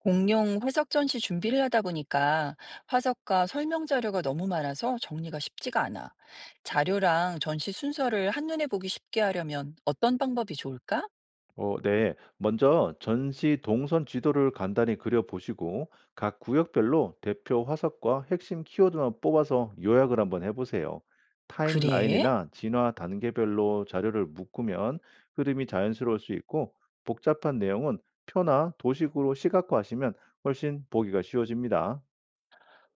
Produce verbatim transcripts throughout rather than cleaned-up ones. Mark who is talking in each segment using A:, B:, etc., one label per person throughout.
A: 공룡 화석 전시 준비를 하다 보니까 화석과 설명 자료가 너무 많아서 정리가 쉽지가 않아. 자료랑 전시 순서를 한눈에 보기 쉽게 하려면 어떤 방법이 좋을까?
B: 어, 네. 먼저 전시 동선 지도를 간단히 그려보시고 각 구역별로 대표 화석과 핵심 키워드만 뽑아서 요약을 한번 해보세요.
A: 그래?
B: 타임라인이나 진화 단계별로 자료를 묶으면 흐름이 자연스러울 수 있고, 복잡한 내용은 표나 도식으로 시각화하시면 훨씬 보기가 쉬워집니다.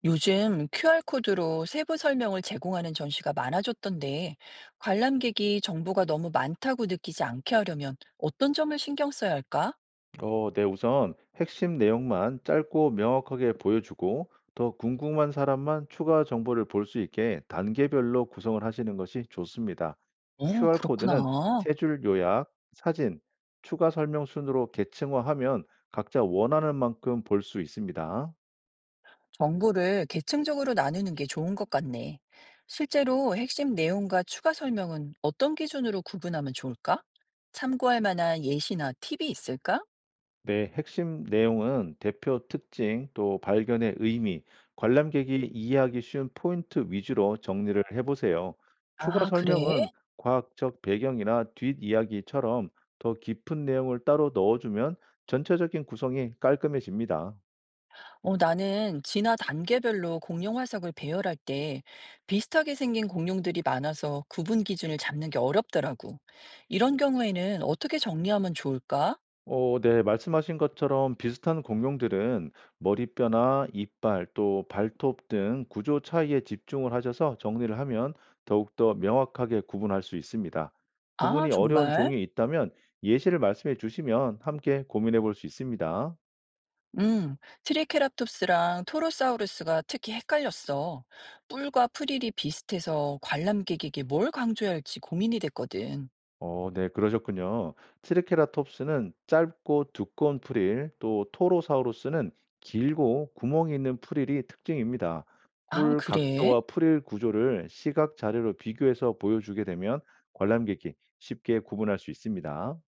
A: 요즘 큐알코드로 세부 설명을 제공하는 전시가 많아졌던데 관람객이 정보가 너무 많다고 느끼지 않게 하려면 어떤 점을 신경 써야 할까?
B: 어, 네, 우선 핵심 내용만 짧고 명확하게 보여주고 더 궁금한 사람만 추가 정보를 볼 수 있게 단계별로 구성을 하시는 것이 좋습니다.
A: 어, 그렇구나.
B: 큐알코드는 세 줄 요약, 사진, 추가 설명 순으로 계층화하면 각자 원하는 만큼 볼 수 있습니다.
A: 정보를 계층적으로 나누는 게 좋은 것 같네. 실제로 핵심 내용과 추가 설명은 어떤 기준으로 구분하면 좋을까? 참고할 만한 예시나 팁이 있을까?
B: 네, 핵심 내용은 대표 특징, 또 발견의 의미, 관람객이 이해하기 쉬운 포인트 위주로 정리를 해보세요. 추가
A: 아, 그래?
B: 설명은 과학적 배경이나 뒷이야기처럼 더 깊은 내용을 따로 넣어주면 전체적인 구성이 깔끔해집니다.
A: 어, 나는 진화 단계별로 공룡 화석을 배열할 때 비슷하게 생긴 공룡들이 많아서 구분 기준을 잡는 게 어렵더라고. 이런 경우에는 어떻게 정리하면 좋을까?
B: 어, 네, 말씀하신 것처럼 비슷한 공룡들은 머리뼈나 이빨 또 발톱 등 구조 차이에 집중을 하셔서 정리를 하면 더욱더 명확하게 구분할 수 있습니다.
A: 아,
B: 구분이 어려운
A: 정말?
B: 종이 있다면 예시를 말씀해 주시면 함께 고민해 볼 수 있습니다.
A: 음, 트리케라톱스랑 토로사우루스가 특히 헷갈렸어. 뿔과 프릴이 비슷해서 관람객에게 뭘 강조해야 할지 고민이 됐거든.
B: 어 네, 그러셨군요. 트리케라톱스는 짧고 두꺼운 프릴, 또 토로사우루스는 길고 구멍이 있는 프릴이 특징입니다.
A: 아,
B: 뿔
A: 그래?
B: 각도와 프릴 구조를 시각 자료로 비교해서 보여주게 되면 관람객이 쉽게 구분할 수 있습니다.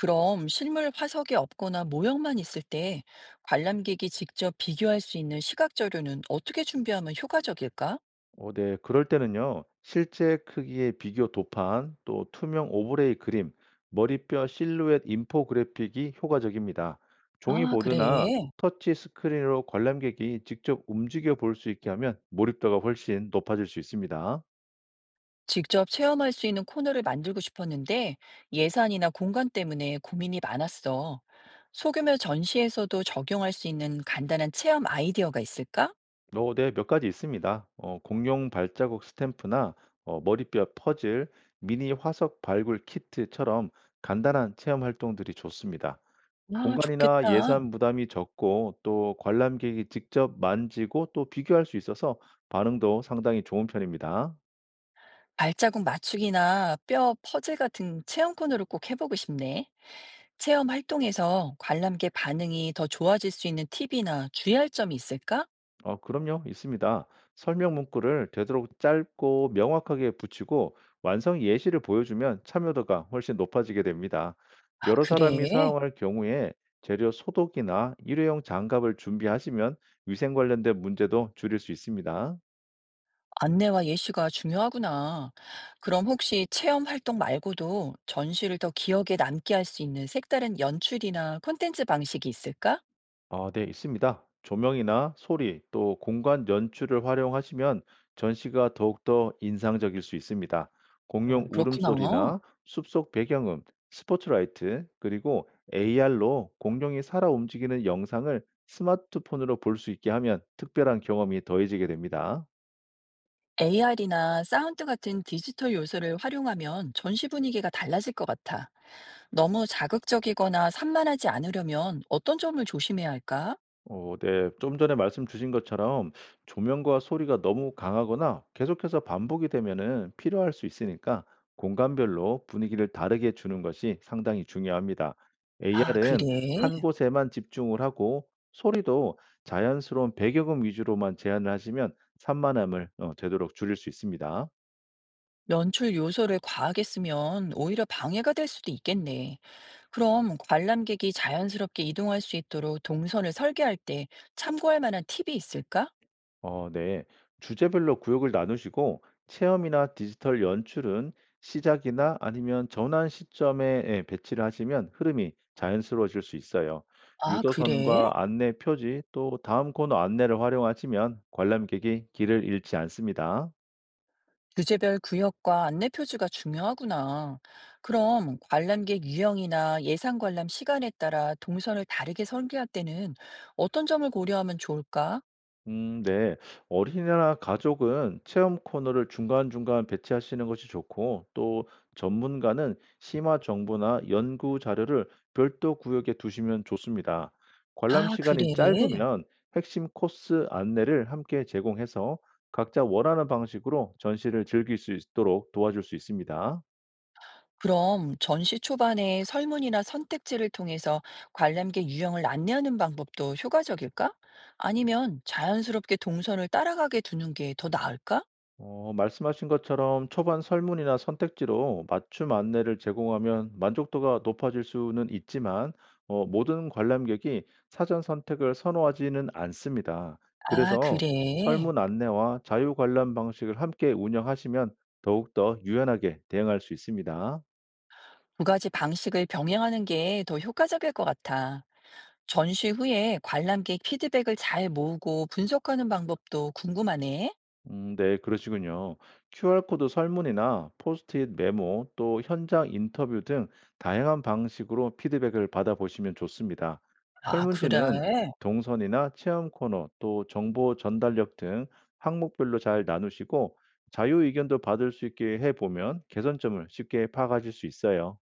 A: 그럼 실물 화석이 없거나 모형만 있을 때 관람객이 직접 비교할 수 있는 시각 자료는 어떻게 준비하면 효과적일까?
B: 어 네. 그럴 때는요, 실제 크기의 비교 도판, 또 투명 오브레이 그림, 머리뼈 실루엣 인포그래픽이 효과적입니다.
A: 아, 그래.
B: 종이보드나 터치 스크린으로 관람객이 직접 움직여 볼 수 있게 하면 몰입도가 훨씬 높아질 수 있습니다.
A: 직접 체험할 수 있는 코너를 만들고 싶었는데 예산이나 공간 때문에 고민이 많았어. 소규모 전시에서도 적용할 수 있는 간단한 체험 아이디어가 있을까?
B: 어 네. 몇 가지 있습니다. 어 공룡 발자국 스탬프나 어 머리뼈 퍼즐, 미니 화석 발굴 키트처럼 간단한 체험 활동들이 좋습니다.
A: 아,
B: 공간이나
A: 좋겠다.
B: 예산 부담이 적고 또 관람객이 직접 만지고 또 비교할 수 있어서 반응도 상당히 좋은 편입니다.
A: 발자국 맞추기나 뼈 퍼즐 같은 체험 코너를 꼭 해보고 싶네. 체험 활동에서 관람객 반응이 더 좋아질 수 있는 팁이나 주의할 점이 있을까?
B: 어, 그럼요, 있습니다. 설명 문구를 되도록 짧고 명확하게 붙이고 완성 예시를 보여주면 참여도가 훨씬 높아지게 됩니다.
A: 아,
B: 여러 사람이
A: 그래.
B: 사용할 경우에 재료 소독이나 일회용 장갑을 준비하시면 위생 관련된 문제도 줄일 수 있습니다.
A: 안내와 예시가 중요하구나. 그럼 혹시 체험 활동 말고도 전시를 더 기억에 남게 할 수 있는 색다른 연출이나 콘텐츠 방식이 있을까?
B: 아, 네, 있습니다. 조명이나 소리, 또 공간 연출을 활용하시면 전시가 더욱더 인상적일 수 있습니다.
A: 어,
B: 공룡
A: 그렇구나.
B: 울음소리나 숲속 배경음, 스포트라이트, 그리고 에이알로 공룡이 살아 움직이는 영상을 스마트폰으로 볼 수 있게 하면 특별한 경험이 더해지게 됩니다.
A: 에이아르이나 사운드 같은 디지털 요소를 활용하면 전시 분위기가 달라질 것 같아. 너무 자극적이거나 산만하지 않으려면 어떤 점을 조심해야 할까?
B: 어, 네. 좀 전에 말씀 주신 것처럼 조명과 소리가 너무 강하거나 계속해서 반복이 되면은 필요할 수 있으니까 공간별로 분위기를 다르게 주는 것이 상당히 중요합니다.
A: 아,
B: 에이알은
A: 그래.
B: 한 곳에만 집중을 하고, 소리도 자연스러운 배경음 위주로만 제한을 하시면 산만함을 어, 되도록 줄일 수 있습니다.
A: 연출 요소를 과하게 쓰면 오히려 방해가 될 수도 있겠네. 그럼 관람객이 자연스럽게 이동할 수 있도록 동선을 설계할 때 참고할 만한 팁이 있을까?
B: 어, 네. 주제별로 구역을 나누시고 체험이나 디지털 연출은 시작이나 아니면 전환 시점에, 예, 배치를 하시면 흐름이 자연스러워질 수 있어요.
A: 아, 그래?
B: 유도선과 안내 표지 또 다음 코너 안내를 활용하시면 관람객이 길을 잃지 않습니다.
A: 주제별 구역과 안내 표지가 중요하구나. 그럼 관람객 유형이나 예상 관람 시간에 따라 동선을 다르게 설계할 때는 어떤 점을 고려하면 좋을까?
B: 음, 네. 어린이나 가족은 체험 코너를 중간중간 배치하시는 것이 좋고, 또 전문가는 심화 정보나 연구 자료를 별도 구역에 두시면 좋습니다. 관람
A: 아, 그래?
B: 시간이 짧으면 핵심 코스 안내를 함께 제공해서 각자 원하는 방식으로 전시를 즐길 수 있도록 도와줄 수 있습니다.
A: 그럼 전시 초반에 설문이나 선택지를 통해서 관람객 유형을 안내하는 방법도 효과적일까? 아니면 자연스럽게 동선을 따라가게 두는 게 더 나을까?
B: 어, 말씀하신 것처럼 초반 설문이나 선택지로 맞춤 안내를 제공하면 만족도가 높아질 수는 있지만, 어, 모든 관람객이 사전 선택을 선호하지는 않습니다.
A: 아,
B: 그래서
A: 그래.
B: 설문 안내와 자유 관람 방식을 함께 운영하시면 더욱더 유연하게 대응할 수 있습니다.
A: 두 가지 방식을 병행하는 게 더 효과적일 것 같아. 전시 후에 관람객 피드백을 잘 모으고 분석하는 방법도 궁금하네.
B: 음, 네, 그러시군요. 큐알코드 설문이나 포스트잇 메모, 또 현장 인터뷰 등 다양한 방식으로 피드백을 받아보시면 좋습니다.
A: 아,
B: 설문지는
A: 그래.
B: 동선이나 체험 코너, 또 정보 전달력 등 항목별로 잘 나누시고 자유 의견도 받을 수 있게 해보면 개선점을 쉽게 파악하실 수 있어요.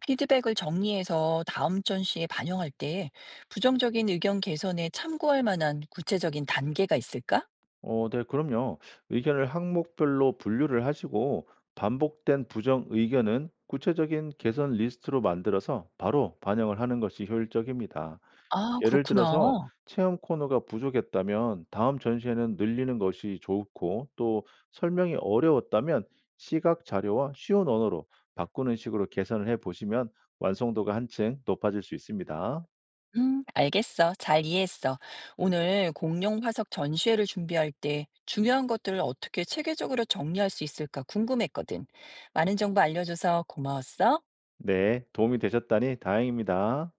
A: 피드백을 정리해서 다음 전시에 반영할 때 부정적인 의견 개선에 참고할 만한 구체적인 단계가 있을까?
B: 어, 네, 그럼요. 의견을 항목별로 분류를 하시고 반복된 부정 의견은 구체적인 개선 리스트로 만들어서 바로 반영을 하는 것이 효율적입니다.
A: 아,
B: 예를
A: 그렇구나.
B: 들어서 체험 코너가 부족했다면 다음 전시회는 늘리는 것이 좋고, 또 설명이 어려웠다면 시각 자료와 쉬운 언어로 바꾸는 식으로 개선을 해 보시면 완성도가 한층 높아질 수 있습니다.
A: 음, 알겠어. 잘 이해했어. 오늘 공룡 화석 전시회를 준비할 때 중요한 것들을 어떻게 체계적으로 정리할 수 있을까 궁금했거든. 많은 정보 알려줘서 고마웠어.
B: 네, 도움이 되셨다니 다행입니다.